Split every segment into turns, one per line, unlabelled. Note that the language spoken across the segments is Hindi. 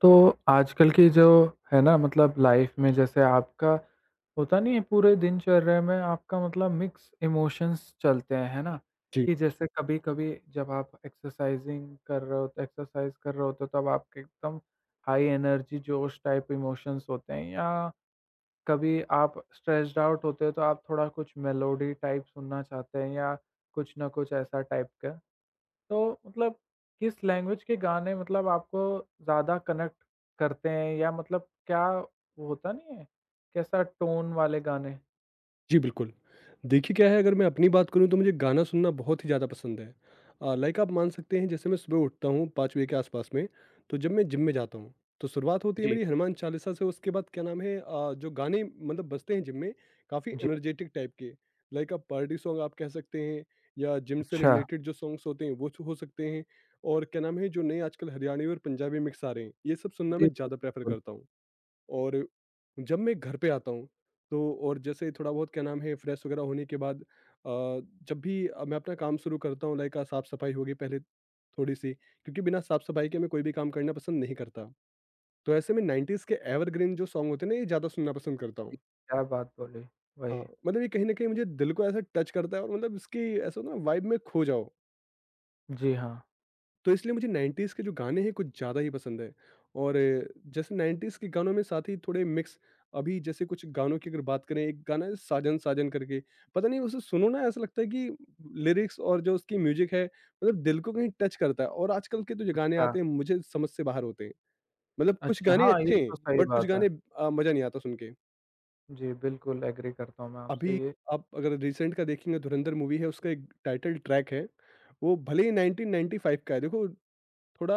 तो आजकल की जो है ना, मतलब लाइफ में जैसे आपका होता नहीं है पूरे दिनचर्या में आपका, मतलब मिक्स इमोशंस चलते हैं है ना।
जी,
कि जैसे कभी कभी जब आप एक्सरसाइज कर रहे होते हो तब आपके एकदम हाई एनर्जी जोश टाइप इमोशंस होते हैं, या कभी आप स्ट्रेस्ड आउट होते हो तो आप थोड़ा कुछ मेलोडी टाइप सुनना चाहते हैं, या कुछ ना कुछ ऐसा टाइप का? तो मतलब किस लैंग्वेज के गाने, मतलब आपको ज़्यादा कनेक्ट करते हैं, या मतलब क्या वो होता नहीं है, कैसा टोन वाले गाने?
जी बिल्कुल। देखिए क्या है अगर मैं अपनी बात करूँ तो मुझे गाना सुनना बहुत ही ज़्यादा पसंद है। लाइक आप मान सकते हैं जैसे मैं सुबह उठता हूँ 5 बजे के आस-पास में, तो जब मैं जिम में जाता हूँ, तो शुरुआत होती है
जी।
मेरी हनुमान चालीसा से। उसके बाद क्या नाम है जो गाने मतलब बजते हैं जिम में काफ़ी
जी,
एनर्जेटिक टाइप के, लाइक आप पार्टी सॉन्ग आप कह सकते हैं या जिम से
अच्छा।
रिलेटेड जो सॉन्ग्स होते हैं वो स हो सकते हैं। और क्या नाम है जो नए आजकल हरियाणवी और पंजाबी मिक्स आ रहे हैं, ये सब सुनना
जी, जी,
मैं ज़्यादा प्रेफ़र
बिल्कुल।
करता हूँ। और जब मैं घर पे आता हूँ, तो और जैसे थोड़ा बहुत क्या नाम है फ्रेश वगैरह होने के बाद जब भी मैं अपना काम शुरू करता हूँ लाइक साफ-सफाई होगी पहले थोड़ी-सी, क्योंकि बिना साफ-सफाई के मैं कोई भी काम करना पसंद नहीं करता। तो ऐसे में 90s के एवरग्रीन जो सॉन्ग होते हैं ना ये ज़्यादा सुनना पसंद करता
जी,
हूँ।
क्या बात बोली, वही।
हाँ, मतलब ये कहीं न कहीं मुझे दिल को ऐसा टच करता है और मतलब इसकी ऐसा ना वाइब में खो जाओ।
जी हाँ,
तो इसलिए मुझे 90s के जो गाने हैं कुछ ज़्यादा ही पसंद है और जैसे 90s के गानों में साथ ही थोड़े मिक्स अभी जैसे कुछ गानों की अगर बात करें, एक गाना है साजन साजन करके, पता नहीं उसे सुनो ना ऐसा लगता है कि लिरिक्स और जो उसकी म्यूजिक है मतलब दिल को कहीं टच करता है। और आजकल के तो जो गाने
अच्छा।
आते हैं मुझे समझ से बाहर होते हैं। मतलब कुछ
अच्छा,
गाने
हाँ, ये
अच्छे हैं
तो सही
बट कुछ
बात है।
गाने मजा नहीं आता सुन के।
जी, बिल्कुल एग्री करता हूँ मैं
अभी
आपसे ये।
आप अगर रिसेंट का देखेंगे, धुरंधर मूवी है उसका एक टाइटल ट्रैक है। वो भले ही 1995 का है देखो, थोड़ा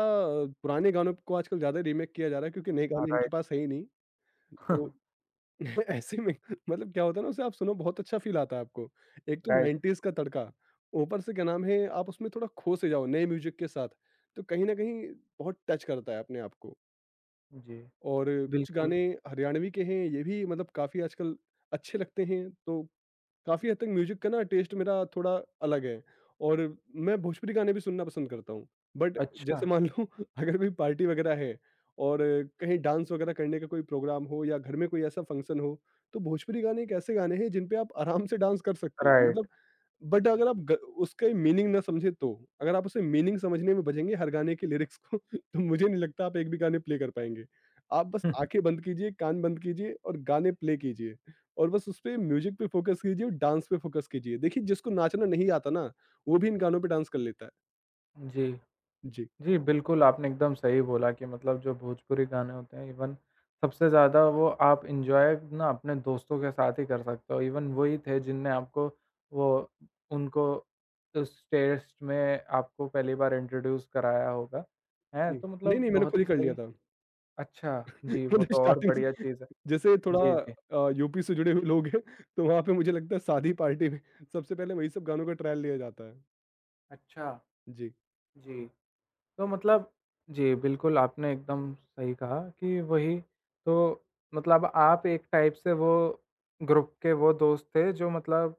पुराने गानों को आजकल ज़्यादा रीमेक किया जा रहा है क्योंकि नए
हाँ,
गाने इनके
राइट।
पास है ही नहीं। तो ऐसे में मतलब क्या होता है ना, उसे आप सुनो बहुत अच्छा फ़ील आता है आपको। एक तो
राइट,
90s का तड़का, ऊपर से क्या नाम है आप उसमें थोड़ा खो से जाओ नए म्यूज़िक के साथ। तो कहीं न कहीं बहुत टच करता है अपने आप को।
जी,
और कुछ
बिल्कुल।
गाने हरियाणवी के हैं ये भी मतलब काफ़ी आजकल अच्छे लगते हैं, तो काफ़ी हद तक म्यूज़िक का ना टेस्ट मेरा थोड़ा अलग है। और मैं भोजपुरी गाने भी सुनना पसंद करता हूँ। बट
अच्छा,
जैसे मान लो अगर कोई पार्टी वगैरह है और कहीं डांस वगैरह करने का कोई प्रोग्राम हो या घर में कोई ऐसा फंक्शन हो, तो भोजपुरी गाने एक ऐसे गाने हैं जिन पे आप आराम से डांस कर सकते हो।
राइट।
मतलब बट अगर आप ग उसके मीनिंग ना समझे तो? अगर आप उसे मीनिंग समझने में बझेंगे हर गाने के लिरिक्स को तो मुझे नहीं लगता आप एक भी गाने प्ले कर पाएँगे। आप बस आँखें बंद कीजिए, कान बंद कीजिए और गाने प्ले कीजिए और बस उसपे म्यूज़िक पे फ़ोकस कीजिए और डांस पे फ़ोकस कीजिए। देखिए जिसको नाचना नहीं आता ना, वो भी इन गानों पे डांस कर लेता है।
जी।
जी,
जी, बिल्कुल आपने एकदम सही बोला कि मतलब जो भोजपुरी गाने होते हैं, इवन सबसे ज़्यादा वो आप एन्जॉय ना अपने दोस्तों के साथ ही कर सकते हो। इवन वही थे जिनने आपको वो उनको उस टेस्ट में आपको पहली बार इंट्रोड्यूस कराया होगा, हैं?
जी।
तो
नहीं,
मतलब
नहीं मैंने खुद
बहुत ही
ही कर लिया
सही।
था।
अच्छा, जी, वो
मतलब
तो और
स्टार्टिंग
बढ़िया
से
चीज़ है।
जैसे थोड़ा
जी, जी।
यूपी से जुड़े हुए लोग हैं, तो वहाँ पे मुझे लगता है शादी पार्टी में सबसे पहले वही सब गानों का ट्रायल लिया जाता है।
अच्छा,
जी।
जी। तो मतलब जी, बिल्कुल आपने एकदम सही कहा कि वही। तो मतलब आप एक टाइप से वो ग्रुप के वो दोस्त थे जो मतलब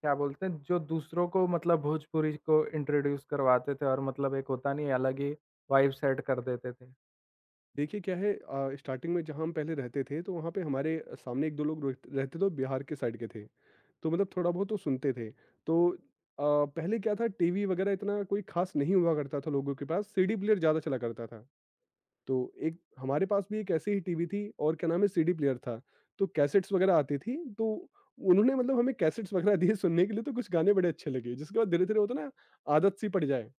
क्या बोलते हैं, जो दूसरों को मतलब भोजपुरी को इंट्रोड्यूस करवाते थे, और मतलब एक होता नहीं अलग ही वाइब सेट कर देते थे।
देखिए क्या है स्टार्टिंग में जहाँ हम पहले रहते थे तो वहाँ पे हमारे सामने 1-2 लोग रोहित रहते तो बिहार के साइड के थे। तो मतलब थोड़ा बहुत तो सुनते थे। तो पहले क्या था टीवी वगैरह इतना कोई ख़ास नहीं हुआ करता था लोगों के पास, सीडी प्लेयर ज़्यादा चला करता था। तो एक हमारे पास भी एक ऐसी ही टीवी थी और क्या नाम है सीडी प्लेयर था। तो कैसेट्स वगैरह आती थी, तो उन्होंने मतलब हमें कैसेट्स वगैरह दिए सुनने के लिए, तो कुछ गाने बड़े अच्छे लगे। जिसके बाद धीरे-धीरे होता है ना आदत सी पड़ जाए।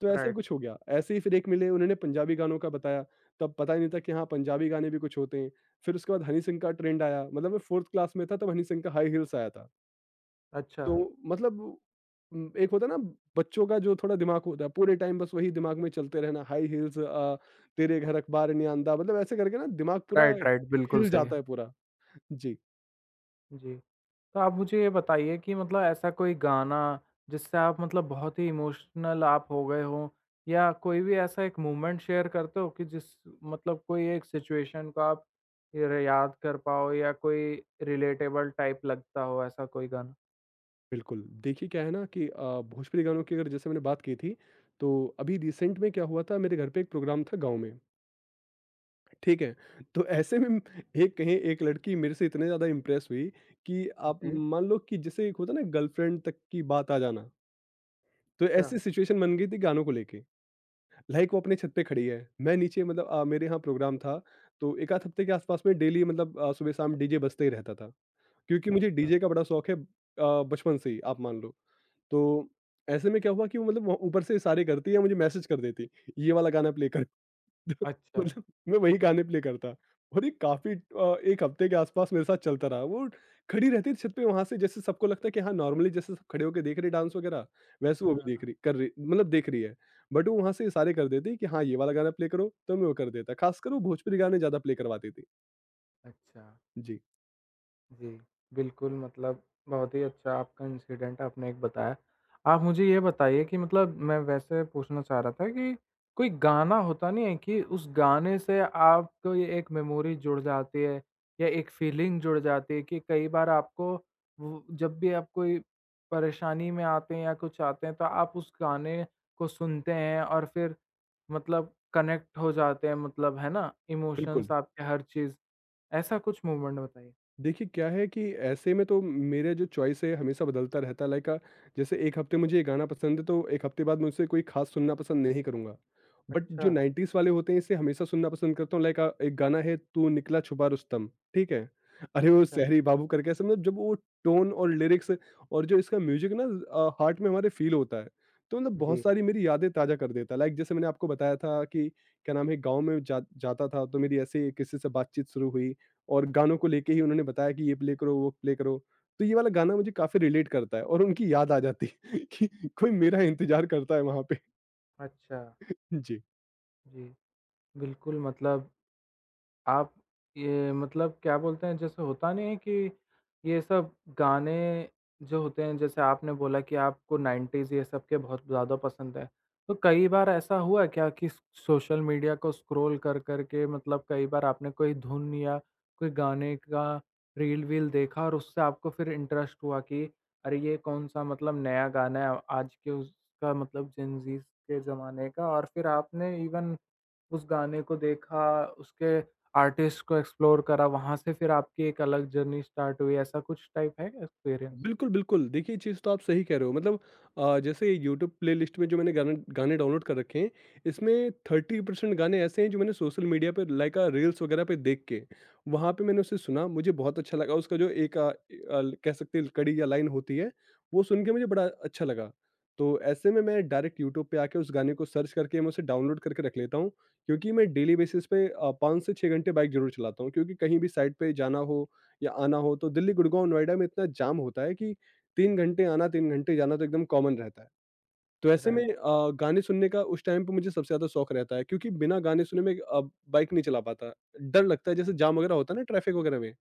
तो ऐसे
राइट,
कुछ हो गया। ऐसे ही फिर एक मिले, उन्होंने पंजाबी गानों का बताया, तब पता ही नहीं था कि हाँ, पंजाबी गाने भी कुछ होते हैं। फिर उसके बाद हनी सिंह का ट्रेंड आया, मतलब मैं 4th क्लास में था तब हनी सिंह का हाई हील्स आया था।
अच्छा,
तो मतलब एक होता है ना बच्चों का जो थोड़ा दिमाग होता है, पूरे टाइम बस वही दिमाग में चलते रहना हाई हील्स तेरे घर अखबार नहीं आंदा, मतलब ऐसे करके ना दिमाग पूरा
राइट, राइट, बिल्कुल
हिल
सही है।
जाता है पूरा। जी,
जी। तो आप मुझे ये बताइए कि मतलब ऐसा कोई गाना जिससे आप मतलब बहुत ही इमोशनल आप हो गए हो, या कोई भी ऐसा एक मोमेंट शेयर करते हो कि जिस मतलब कोई एक सिचुएशन को आप ये याद कर पाओ, या कोई रिलेटेबल टाइप लगता हो ऐसा कोई गाना।
बिल्कुल। देखिए क्या है ना कि भोजपुरी गानों की अगर जैसे मैंने बात की थी, तो अभी रिसेंट में क्या हुआ था मेरे घर पे एक प्रोग्राम था गाँव में। ठीक है? तो ऐसे में एक कहीं एक लड़की मेरे से इतने ज़्यादा इम्प्रेस हुई कि आप
जी,
मान लो कि जैसे एक होता है ना गर्लफ्रेंड तक की बात आ जाना, तो
अच्छा,
ऐसी सिचुएशन बन गई थी गानों को लेके। लाइक वो अपने छत पे खड़ी है, मैं नीचे मतलब मेरे यहाँ प्रोग्राम था, तो 1 आध हफ्ते के आसपास में डेली मतलब सुबह-शाम डीजे बजते ही रहता था। क्योंकि मुझे
अच्छा,
डीजे का बड़ा शौक है बचपन से ही आप मान लो। तो ऐसे में क्या हुआ कि वो मतलब वो ऊपर से इशारे करती है, मुझे मैसेज कर देती, ये वाला गाना प्ले कर।
अच्छा,
मतलब मैं वही गाने प्ले करता और ये काफ़ी 1 हफ्ते के आसपास मेरे साथ चलता रहा। वो खड़ी रहती थी छत पे वहाँ से। जैसे सबको लगता है कि हाँ, नॉर्मली जैसे सब खड़े होके देख रहे डांस वगैरह, वैसे वो भी देख
हाँ,
रही कर रही मतलब देख रही है। बट वो वहाँ से इशारे कर देती कि हाँ, ये वाला गाना प्ले करो, तो मैं वो कर देता। खासकर वो भोजपुरी गाने ज़्यादा प्ले करवाती थी।
अच्छा।
जी,
जी, बिल्कुल मतलब बहुत ही अच्छा आपका इंसिडेंट आपने एक बताया। आप मुझे ये बताइए कि मतलब मैं वैसे पूछना चाह रहा था कि कोई गाना होता नहीं है कि उस गाने से आपको ये एक मेमोरी जुड़ जाती है, या एक फीलिंग जुड़ जाती है कि कई बार आपको वो जब भी आप कोई परेशानी में आते हैं या कुछ आते हैं, तो आप उस गाने को सुनते हैं और फिर मतलब कनेक्ट हो जाते हैं, मतलब है ना?
बिल्कुल।
इमोशंस आपके हर चीज़। ऐसा कुछ मोमेंट बताइए?
देखिए, क्या है कि ऐसे में तो मेरा जो चॉइस है हमेशा बदलता रहता है लाइक जैसे एक हफ्ते मुझे ये गाना पसंद है तो एक हफ्ते बाद मैं उसे कोई ख़ास सुनना पसंद नहीं करूँगा। बट
अच्छा,
जो 90s वाले होते हैं इसे हमेशा सुनना पसंद करता हूँ लाइक एक गाना है तू निकला छुपा रुस्तम, ठीक है? अरे वो
अच्छा।
सहरी बाबू करके ऐसे मतलब जब वो टोन और लिरिक्स और जो इसका म्यूज़िक ना हार्ट में हमारे फ़ील होता है। तो मतलब बहुत
जी,
सारी मेरी यादें ताज़ा कर देता है। लाइक जैसे मैंने आपको बताया था कि क्या नाम है गाँव में जा जाता था, तो मेरी ऐसे ही किसी से बातचीत शुरू हुई। और गानों को लेके ही उन्होंने बताया कि ये प्ले करो, वो प्ले करो। तो ये वाला गाना मुझे काफ़ी रिलेट करता है और उनकी याद आ जाती है कि कोई मेरा इंतज़ार करता है वहाँ पे।
अच्छा,
जी।
जी। बिल्कुल मतलब आप ये मतलब क्या बोलते हैं, जैसे होता नहीं है कि ये सब गाने जो होते हैं जैसे आपने बोला कि आपको 90s ये सब के बहुत ज़्यादा पसंद है। तो कई बार ऐसा हुआ क्या कि सोशल मीडिया को स्क्रॉल कर कर के मतलब कई बार आपने कोई धुन या कोई गाने का रील-वील देखा और उससे आपको फिर इंटरेस्ट हुआ कि अरे! ये कौन-सा मतलब नया गाना है आज के उसका, मतलब जेन ज़ीस के ज़माने का, और फिर आपने इवन उस गाने को देखा, उसके आर्टिस्ट को एक्सप्लोर करा, वहाँ से फिर आपकी एक अलग जर्नी स्टार्ट हुई, ऐसा कुछ टाइप है एक्सपीरियंस?
बिल्कुल, बिल्कुल। देखिए, ये चीज़ तो आप सही कह रहे हो। मतलब जैसे यूट्यूब प्लेलिस्ट में जो मैंने गाने गाने डाउनलोड कर रखे हैं, इसमें 30% गाने ऐसे हैं जो मैंने सोशल मीडिया पे लाइक रील्स वगैरह पे देख के, वहाँ पे मैंने उसे सुना, मुझे बहुत अच्छा लगा। उसका जो एक अ, अल कह सकते हैं कड़ी या लाइन होती है, वो सुन के मुझे बड़ा अच्छा लगा। तो ऐसे में मैं डायरेक्ट यूट्यूब पे आके उस गाने को सर्च करके मैं उसे डाउनलोड करके रख लेता हूँ, क्योंकि मैं डेली बेसिस पे 5 से 6 घंटे बाइक ज़रूर चलाता हूँ, क्योंकि कहीं भी साइड पे जाना हो या आना हो तो दिल्ली, गुड़गाँव, नोएडा में इतना जाम होता है कि 3 घंटे आना, 3 घंटे जाना तो एकदम कॉमन रहता है। तो ऐसे में
राइट,
गाने सुनने का उस टाइम पे मुझे सबसे ज़्यादा शौक रहता है क्योंकि बिना गाने सुने मैं बाइक नहीं चला पाता। डर लगता है जैसे जाम वगैरह होता है ना ट्रैफ़िक वगैरह में,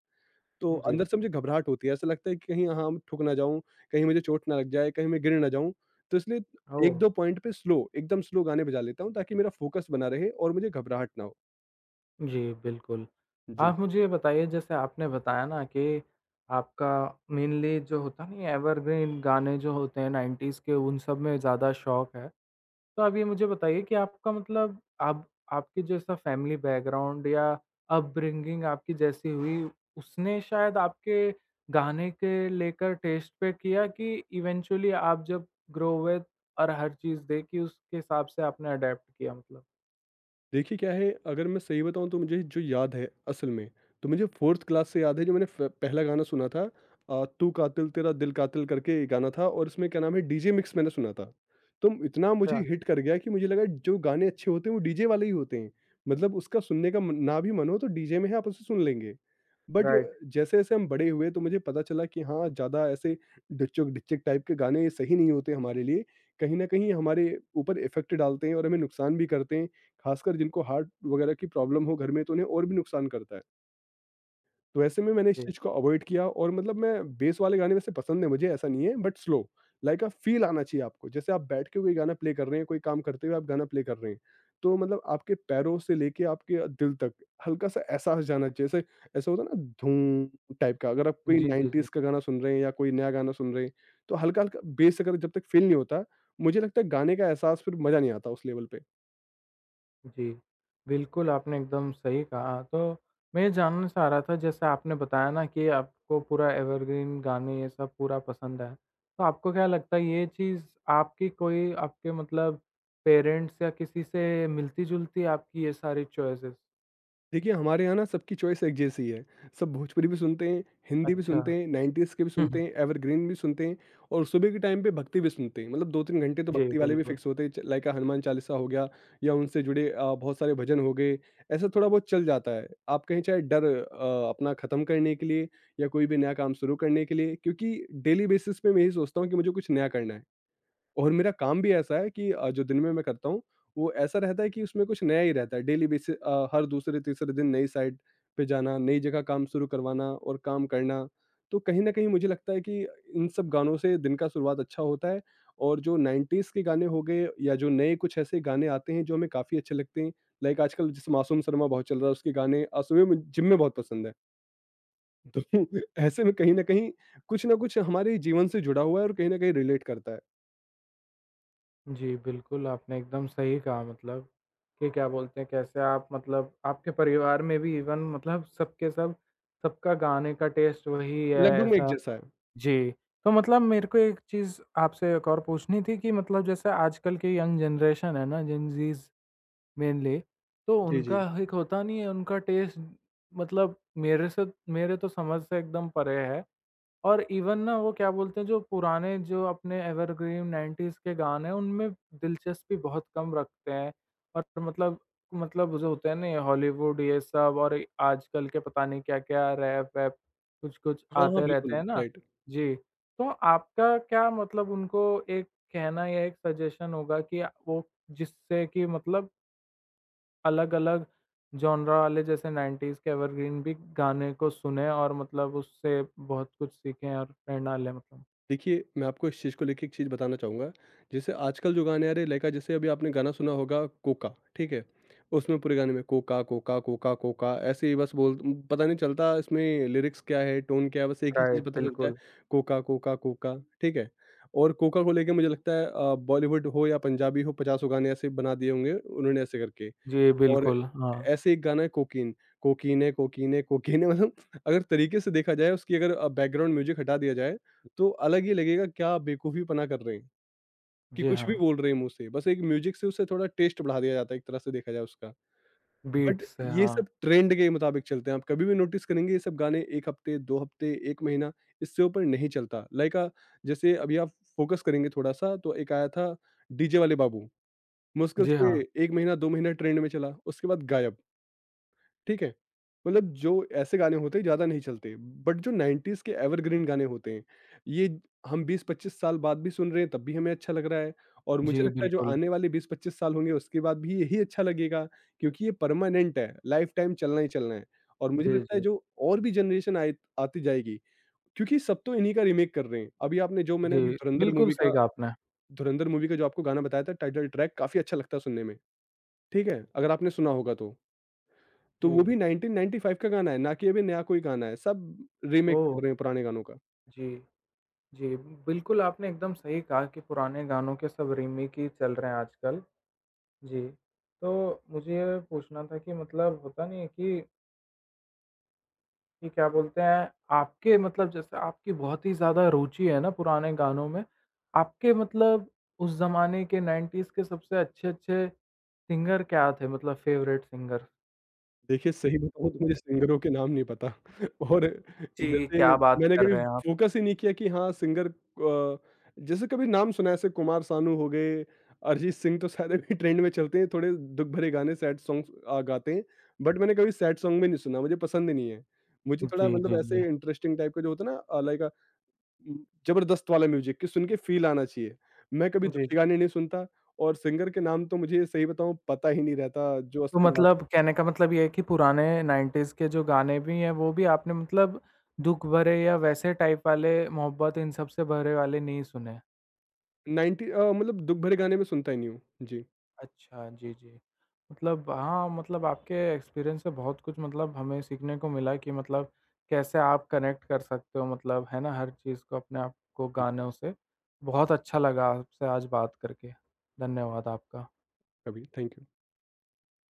तो
जी।
अंदर से मुझे घबराहट होती है। ऐसा लगता है कि कहीं हाँ, ठुक ना जाऊँ, कहीं मुझे चोट ना लग जाए, कहीं मैं गिर ना जाऊँ। तो इसलिए
ओह!
1-2 पॉइंट पे स्लो, एकदम स्लो गाने बजा लेता हूँ ताकि मेरा फ़ोकस बना रहे और मुझे घबराहट ना हो।
जी, बिल्कुल।
जी।
आप मुझे ये बताइए जैसे आपने बताया ना कि आपका मेनली जो होता नहीं है, एवरग्रीन गाने जो होते हैं 90s के, उन सब में ज़्यादा शौक है। तो आप ये मुझे बताइए कि आपका मतलब आप आपके जैसा फैमिली बैकग्राउंड या अपब्रिंगिंग आपकी जैसी हुई, उसने शायद आपके गाने के लेकर टेस्ट पे किया कि इवेंचुअली आप जब ग्रो हुए और हर चीज़ देखी उसके हिसाब से आपने अडैप्ट किया मतलब?
देखिए क्या है, अगर मैं सही बताऊँ तो मुझे जो याद है असल में, तो मुझे 4th क्लास से याद है जो मैंने फ पहला गाना सुना था तू कातिल तेरा दिल कातिल करके ये गाना था और इसमें क्या नाम है डीजे मिक्स मैंने सुना था। तो इतना मुझे
अच्छा,
हिट कर गया कि मुझे लगा जो गाने अच्छे होते हैं वो डीजे वाले ही होते हैं। मतलब उसका सुनने का मन ना भी मन हो तो डीजे में है आप उसे सुन लेंगे। But
right.
जैसे-जैसे हम बड़े हुए तो मुझे पता चला कि हाँ, ज़्यादा ऐसे ढिच्चक-ढिच्चक टाइप के गाने सही नहीं होते हमारे लिए। कहीं न कहीं हमारे ऊपर इफ़ेक्ट डालते हैं और हमें नुकसान भी करते हैं। ख़ासकर जिनको हार्ट वगैरह की प्रॉब्लम हो घर में तो उन्हें और भी नुकसान करता है। तो ऐसे में मैंने इस
जी।
चीज़ को अवॉइड किया और मतलब मैं बेस वाले गाने वैसे पसंद है मुझे, ऐसा नहीं है बट स्लो, लाइक फ़ील आना चाहिए आपको। जैसे आप बैठ के कोई गाना प्ले कर रहे हैं, कोई काम करते हुए आप गाना प्ले कर रहे हैं, तो मतलब आपके पैरों से लेके आपके दिल तक हल्का-सा एहसास जाना चाहिए। जैसे ऐसा होता है ना धूम टाइप का, अगर आप कोई
जी, जी, जी।
90s का गाना सुन रहे हैं या कोई नया गाना सुन रहे हैं, तो हल्का-हल्का बेस अगर जब तक फ़ील नहीं होता, मुझे लगता है गाने का एहसास फिर मज़ा नहीं आता उस लेवल पे।
जी, बिल्कुल, आपने एकदम सही कहा। तो मैं ये जानना चाह रहा था जैसे आपने बताया ना कि आपको पूरा एवरग्रीन गाने ये सब पूरा पसंद है। तो आपको क्या लगता है ये चीज़ आपकी कोई आपके मतलब पेरेंट्स या किसी से मिलती-जुलती है आपकी ये सारी चॉइसेस?
देखिए, हमारे यहाँ ना सबकी चॉइस एक जैसी है। सब भोजपुरी भी सुनते हैं, हिंदी भी
अच्छा।
सुनते हैं, 90s के भी
हुँ, हुँ।
सुनते हैं, एवरग्रीन भी सुनते हैं और सुबह के टाइम पे भक्ति भी सुनते हैं। मतलब 2-3 घंटे तो
जी,
भक्ति वाले भी
बिल्कुल।
फिक्स होते हैं, च लाइक हनुमान चालीसा हो गया या उनसे जुड़े बहुत सारे भजन हो गए, ऐसा थोड़ा बहुत चल जाता है। आप कहें चाहे डर अपना खत्म करने के लिए या कोई भी नया काम शुरू करने के लिए क्योंकि डेली बेसिस पे मैं यही सोचता हूँ कि मुझे कुछ नया करना है। और मेरा काम भी ऐसा है कि जो दिन में मैं करता हूँ, वो ऐसा रहता है कि उसमें कुछ नया ही रहता है। डेली बेसिस हर दूसरे-तीसरे दिन नई साइट पे जाना, नई जगह काम शुरू करवाना और काम करना। तो कहीं न कहीं मुझे लगता है कि इन सब गानों से दिन का शुरुआत अच्छा होता है और जो 90s के गाने हो गए या जो नए कुछ ऐसे गाने आते हैं, जो हमें काफ़ी अच्छे लगते हैं। लाइक आजकल जैसे मासूम शर्मा बहुत चल रहा है, उसके गाने सुबह मु जिम में बहुत पसंद है। तो ऐसे में कहीं न कहीं कुछ न कुछ हमारे जीवन से जुड़ा हुआ है और कहीं न कहीं रिलेट करता है।
जी, बिल्कुल, आपने एकदम सही कहा, मतलब कि क्या बोलते हैं कैसे आप मतलब आपके परिवार में भी इवन मतलब सबके सब सबका गाने का टेस्ट वही है
लगभग में एक
ऐसा।
जैसा है।
जी, तो मतलब मेरे को एक चीज़ आपसे एक और पूछनी थी कि मतलब जैसे आजकल की यंग जनरेशन है ना, जेनज़ीज़ मेनली, तो
जी, जी।
उनका एक होता नहीं है, उनका टेस्ट मतलब मेरे से मेरे तो समझ से एकदम परे है। और इवन ना वो क्या बोलते हैं, जो पुराने जो अपने एवरग्रीन 90s के गाने हैं उनमें दिलचस्पी बहुत कम रखते हैं, और मतलब जो होते हैं ना ये हॉलीवुड ये सब, और ये आजकल के पता नहीं क्या-क्या रैप वैप कुछ-कुछ
हाँ, हाँ,
आते रहते
बिल्कुल,
हैं ना।
राइट।
जी, तो आपका क्या, मतलब उनको एक कहना या एक सजेशन होगा कि वो जिससे कि मतलब अलग-अलग जॉनरा वाले जैसे 90s के एवरग्रीन भी गाने को सुने और मतलब उससे बहुत कुछ सीखें और प्रेरणा लें मतलब।
देखिए, मैं आपको इस चीज़ को लेके एक चीज़ बताना चाहूँगा, जैसे आजकल जो गाने आ रहे हैं, लाइक जैसे अभी आपने गाना सुना होगा कोका, ठीक है? उसमें पूरे गाने में कोका, कोका, कोका, कोका ऐसे ही बस बोल पता नहीं चलता इसमें लिरिक्स क्या है, टोन क्या है, बस एक ही चीज़
राइट,
पता चलता है
बिल्कुल।
कोका, कोका, कोका, ठीक है? और कोका को लेके मुझे लगता है बॉलीवुड हो या पंजाबी हो, पचासों गाने ऐसे बना दिए होंगे उन्होंने ऐसे करके।
जी,
और
बिल्कुल। हाँ,
ऐसे एक गाना है कोकीन, कोकीने कोकीने कोकीने मतलब अगर तरीके से देखा जाए उसकी अगर बैकग्राउंड म्यूजिक हटा दिया जाए, तो अलग ही लगेगा क्या बेवकूफ़ीपना कर रहे हैं, कि
जी
कुछ भी
हाँ।
बोल रहे हैं मुँह से। बस एक म्यूजिक से उसे थोड़ा टेस्ट बढ़ा दिया जाता है एक तरह से देखा जाए उसका।
बीट
बट
से
ये
हाँ।
सब ट्रेंड के मुताबिक चलते हैं, आप कभी भी नोटिस करेंगे ये सब गाने 1 हफ्ते, 2 हफ्ते, 1 महीना इससे ऊपर नहीं चलता। लाइक जैसे अभी आप फ़ोकस करेंगे थोड़ा-सा तो एक आया था डीजे वाले बाबू, मुश्किल
जी हाँ।
से 1 महीना, 2 महीना ट्रेंड में चला, उसके बाद गायब। ठीक है? मतलब जो ऐसे गाने होते हैं ज़्यादा नहीं चलते, बट जो 90s के एवरग्रीन गाने होते हैं, ये हम 20-25 साल बाद भी सुन रहे हैं, तब भी हमें अच्छा लग रहा है और मुझे
जी,
लगता है जो
बिल्कुल।
आने वाले 20-25 साल होंगे उसके बाद भी यही अच्छा लगेगा क्योंकि ये परमानेंट है, लाइफ टाइम चलना ही चलना है और मुझे
जी,
लगता है
जी।
जो और भी जनरेशन आए आती जाएगी क्योंकि सब तो इन्हीं का रीमेक कर रहे हैं। अभी आपने जो मैंने
जी,
अभी धुरंधर
बिल्कुल
मूवी
सही
का
कहा आपने।
धुरंधर मूवी का जो आपको गाना बताया था टाइटल ट्रैक काफ़ी अच्छा लगता है सुनने में, ठीक है? अगर आपने सुना होगा तो। तो
जी।
वो भी 1995 का गाना है, ना कि अभी नया कोई गाना है, सब रीमेक
ओह!
कर रहे हैं पुराने गानों का।
जी, जी। बिल्कुल, आपने एकदम सही कहा कि पुराने गानों के सब रीमेक ही चल रहे हैं आजकल। जी, तो मुझे पूछना था कि मतलब होता नहीं है कि ये क्या बोलते हैं, आपके मतलब जैसे आपकी बहुत ही ज़्यादा रुचि है ना पुराने गानों में, आपके मतलब उस ज़माने के 90s के सबसे अच्छे-अच्छे सिंगर क्या थे मतलब फ़ेवरेट सिंगर?
देखिए सही बताऊँ तो मुझे सिंगरों के नाम नहीं पता और
जी,
जैसे
क्या बात
मैंने
कर
कभी
रहे हैं आप?
फ़ोकस ही नहीं किया कि हाँ सिंगर जैसे कभी नाम सुना है ऐसे कुमार सानू हो गए, अरिजीत सिंह तो शायद अभी ट्रेंड में चलते हैं, थोड़े दुःख भरे गाने सैड सॉन्ग्स गाते हैं, बट मैंने कभी सैड सॉन्ग भी नहीं सुना, मुझे पसंद ही नहीं है। मुझे
जी,
थोड़ा मतलब
जी, जी।
ऐसे इंटरेस्टिंग टाइप का जो होता है ना लाइक जबरदस्त वाला म्यूज़िक कि सुन के फ़ील आना चाहिए। मैं कभी
जी,
दुखी
जी।
गाने नहीं सुनता और सिंगर के नाम तो मुझे सही बताऊँ पता ही नहीं रहता जो
तो
असली बात
मतलब
है।
कहने का मतलब ये है कि पुराने 90s के जो गाने भी हैं, वो भी आपने मतलब दुःख भरे या वैसे टाइप वाले, मोहब्बत इन सब से भरे वाले नहीं सुने।
90 मतलब दुःख भरे गाने मैं सुनता ही नहीं हूँ। जी,
अच्छा, जी, जी। मतलब हाँ, मतलब आपके एक्सपीरियंस से बहुत कुछ मतलब हमें सीखने को मिला कि मतलब कैसे आप कनेक्ट कर सकते हो, मतलब है ना, हर चीज़ को अपने आप को
जी,
गानों से। बहुत अच्छा लगा आपसे आज बात करके। धन्यवाद आपका।
कभी। Thank you.